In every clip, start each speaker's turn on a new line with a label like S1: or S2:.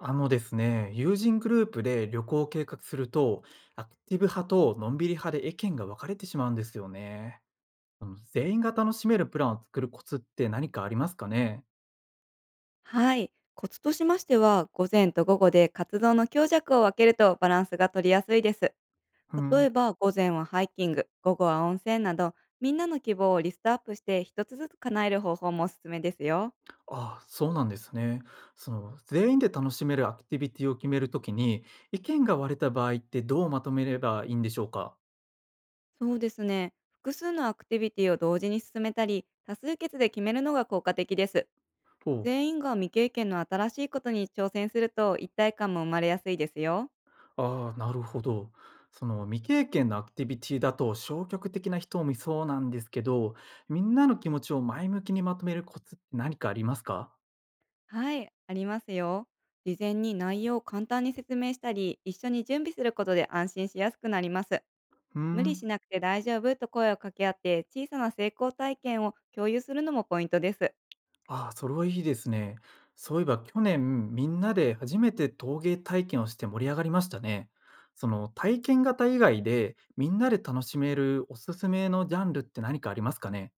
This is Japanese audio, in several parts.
S1: あのですね、友人グループで旅行を計画すると、アクティブ派とのんびり派で意見が分かれてしまうんですよね。全員が楽しめるプランを作るコツって何かありますかね？
S2: はい。コツとしましては、午前と午後で活動の強弱を分けるとバランスが取りやすいです。
S1: う
S2: 例
S1: ん。
S2: えば、午前はハイキング、午後は温泉など、みんなの希望をリストアップして一つずつ叶える方法もおすすめですよ。
S1: ああ、そうなんですね。その、全員で楽しめるアクティビティを決めるときに、意見が割れた場合ってどうまとめればいいんでしょうか？
S2: そうですね。複数のアクティビティを同時に進めたり、多数決で決めるのが効果的です。全員が未経験の新しいことに挑戦すると一体感も生まれやすいですよ。
S1: ああ、なるほど。その未経験のアクティビティだと消極的な人もいそうなんですけど、みんなの気持ちを前向きにまとめるコツって何かありますか？
S2: はい、ありますよ。事前に内容を簡単に説明したり、一緒に準備することで安心しやすくなります。
S1: うー
S2: 無理し
S1: ん。
S2: なくて大丈夫と声を掛け合って、小さな成功体験を共有するのもポイントです。
S1: ああ、それはいいですね。そういえば去年みんなで初めて陶芸体験をして盛り上がりましたね。その体験型以外でみんなで楽しめるおすすめのジャンルって何かありますかね？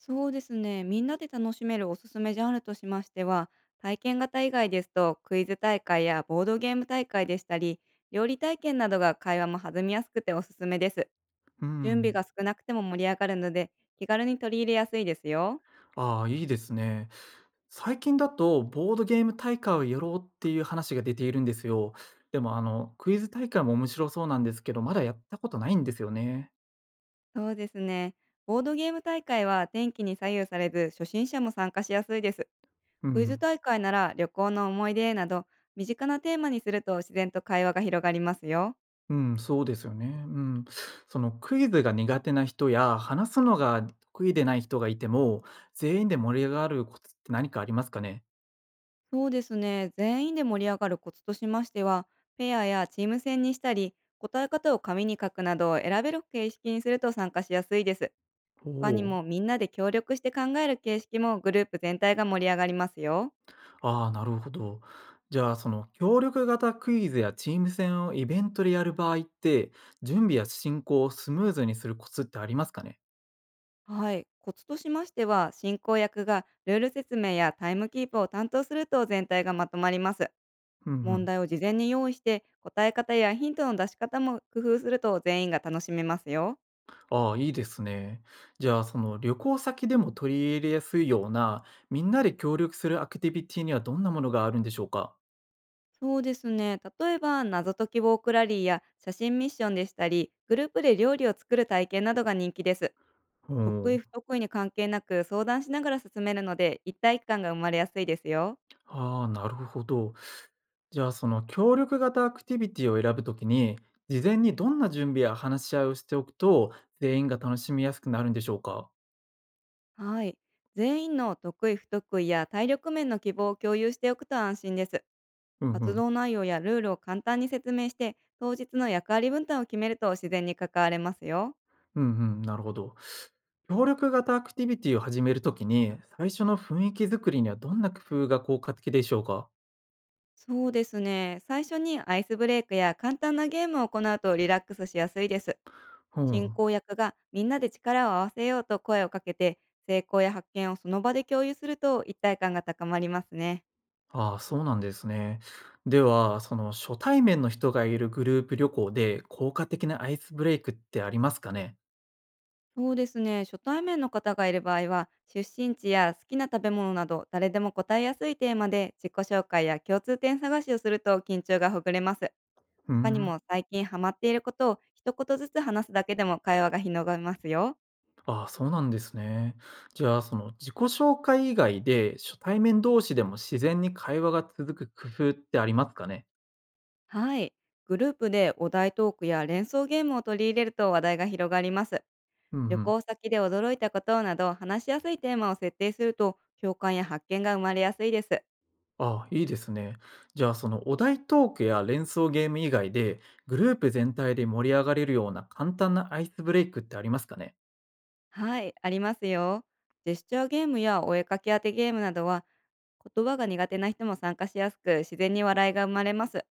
S2: そうですね、みんなで楽しめるおすすめジャンルとしましては、体験型以外ですと、クイズ大会やボードゲーム大会でしたり、料理体験などが会話も弾みやすくておすすめです。
S1: う
S2: 準備
S1: ん。
S2: が少なくても盛り上がるので、気軽に取り入れやすいですよ。
S1: ああ、いいですね。最近だと、ボードゲーム大会をやろうっていう話が出ているんですよ。でも、クイズ大会も面白そうなんですけど、まだやったことないんですよね。
S2: そうですね。ボードゲーム大会は天気に左右されず、初心者も参加しやすいです。
S1: う
S2: クイズ
S1: ん。
S2: 大会なら旅行の思い出など、身近なテーマにすると自然と会話が広がりますよ。
S1: うん、そうですよね。うん。そのクイズが苦手な人や、話すのが得意でない人がいても、全員で盛り上がるコツって何かありますかね？
S2: そうですね。全員で盛り上がるコツとしましては、ペアやチーム戦にしたり、答え方を紙に書くなどを選べる形式にすると参加しやすいです。
S1: お
S2: 他に
S1: お、
S2: もみんなで協力して考える形式もグループ全体が盛り上がりますよ。
S1: ああ、なるほど。じゃあ、その協力型クイズやチーム戦をイベントでやる場合って、準備や進行をスムーズにするコツってありますかね？
S2: はい、コツとしましては、進行役がルール説明やタイムキープを担当すると全体がまとまります。
S1: うんう
S2: 問
S1: ん。
S2: 題を事前に用意して、答え方やヒントの出し方も工夫すると全員が楽しめますよ。
S1: ああ、いいですね。じゃあ、その旅行先でも取り入れやすいような、みんなで協力するアクティビティにはどんなものがあるんでしょうか？
S2: そうですね、例えば謎解きウォークラリーや写真ミッションでしたり、グループで料理を作る体験などが人気です。
S1: う
S2: 得意
S1: ん。
S2: 不得意に関係なく相談しながら進めるので、一体感が生まれやすいですよ。
S1: ああ、なるほど。じゃあ、その協力型アクティビティを選ぶときに、事前にどんな準備や話し合いをしておくと、全員が楽しみやすくなるんでしょうか？
S2: はい。全員の得意不得意や体力面の希望を共有しておくと安心です。
S1: うんう
S2: 活
S1: ん。
S2: 動内容やルールを簡単に説明して、当日の役割分担を決めると自然に関われますよ。
S1: うんうん。なるほど。協力型アクティビティを始めるときに、最初の雰囲気作りにはどんな工夫が効果的でしょうか？
S2: そうですね。最初にアイスブレイクや簡単なゲームを行うとリラックスしやすいです。
S1: う
S2: 進
S1: ん。
S2: 行役がみんなで力を合わせようと声をかけて、成功や発見をその場で共有すると一体感が高まりますね。
S1: ああ、そうなんですね。では、その初対面の人がいるグループ旅行で効果的なアイスブレイクってありますかね？
S2: そうですね。初対面の方がいる場合は、出身地や好きな食べ物など、誰でも答えやすいテーマで自己紹介や共通点探しをすると緊張がほぐれます。
S1: うー
S2: 他に
S1: ん。
S2: も最近ハマっていることを一言ずつ話すだけでも会話が広がりますよ。
S1: ああ、そうなんですね。じゃあ、その自己紹介以外で初対面同士でも自然に会話が続く工夫ってありますかね？
S2: はい。グループでお題トークや連想ゲームを取り入れると話題が広がります。
S1: うん
S2: 旅
S1: うん。
S2: 行先で驚いたことなど、話しやすいテーマを設定すると、共感や発見が生まれやすいです。
S1: ああ、いいですね。じゃあ、そのお題トークや連想ゲーム以外でグループ全体で盛り上がれるような簡単なアイスブレイクってありますかね？
S2: はい、ありますよ。ジェスチャーゲームやお絵かき当てゲームなどは、言葉が苦手な人も参加しやすく、自然に笑いが生まれます。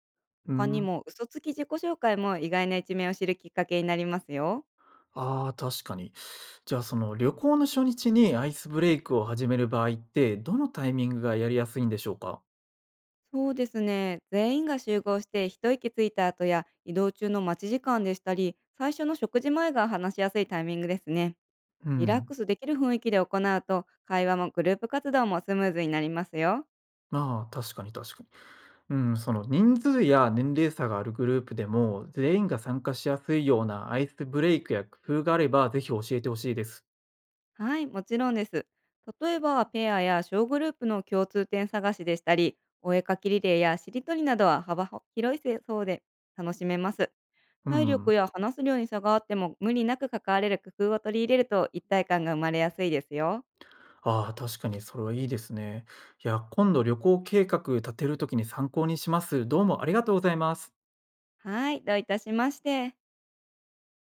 S1: うー
S2: 他に
S1: ん。
S2: も、嘘つき自己紹介も意外な一面を知るきっかけになりますよ。
S1: ああ、確かに。じゃあ、その旅行の初日にアイスブレイクを始める場合って、どのタイミングがやりやすいんでしょうか？
S2: そうですね。全員が集合して一息ついた後や移動中の待ち時間でしたり、最初の食事前が話しやすいタイミングですね。
S1: う
S2: リラック
S1: ん。
S2: スできる雰囲気で行うと、会話もグループ活動もスムーズになりますよ。
S1: まあ、確かに確かに。うん、その人数や年齢差があるグループでも、全員が参加しやすいようなアイスブレイクや工夫があれば、ぜひ教えてほしいです。
S2: はい、もちろんです。例えば、ペアや小グループの共通点探しでしたり、お絵かきリレーやしりとりなどは幅広いそうで楽しめます。
S1: う
S2: 体
S1: ん。
S2: 力や話す量に差があっても無理なく関われる工夫を取り入れると一体感が生まれやすいですよ。
S1: ああ、確かにそれはいいですね。いや、今度旅行計画立てるときに参考にします。どうもありがとうございます。
S2: はい、どういたしまして。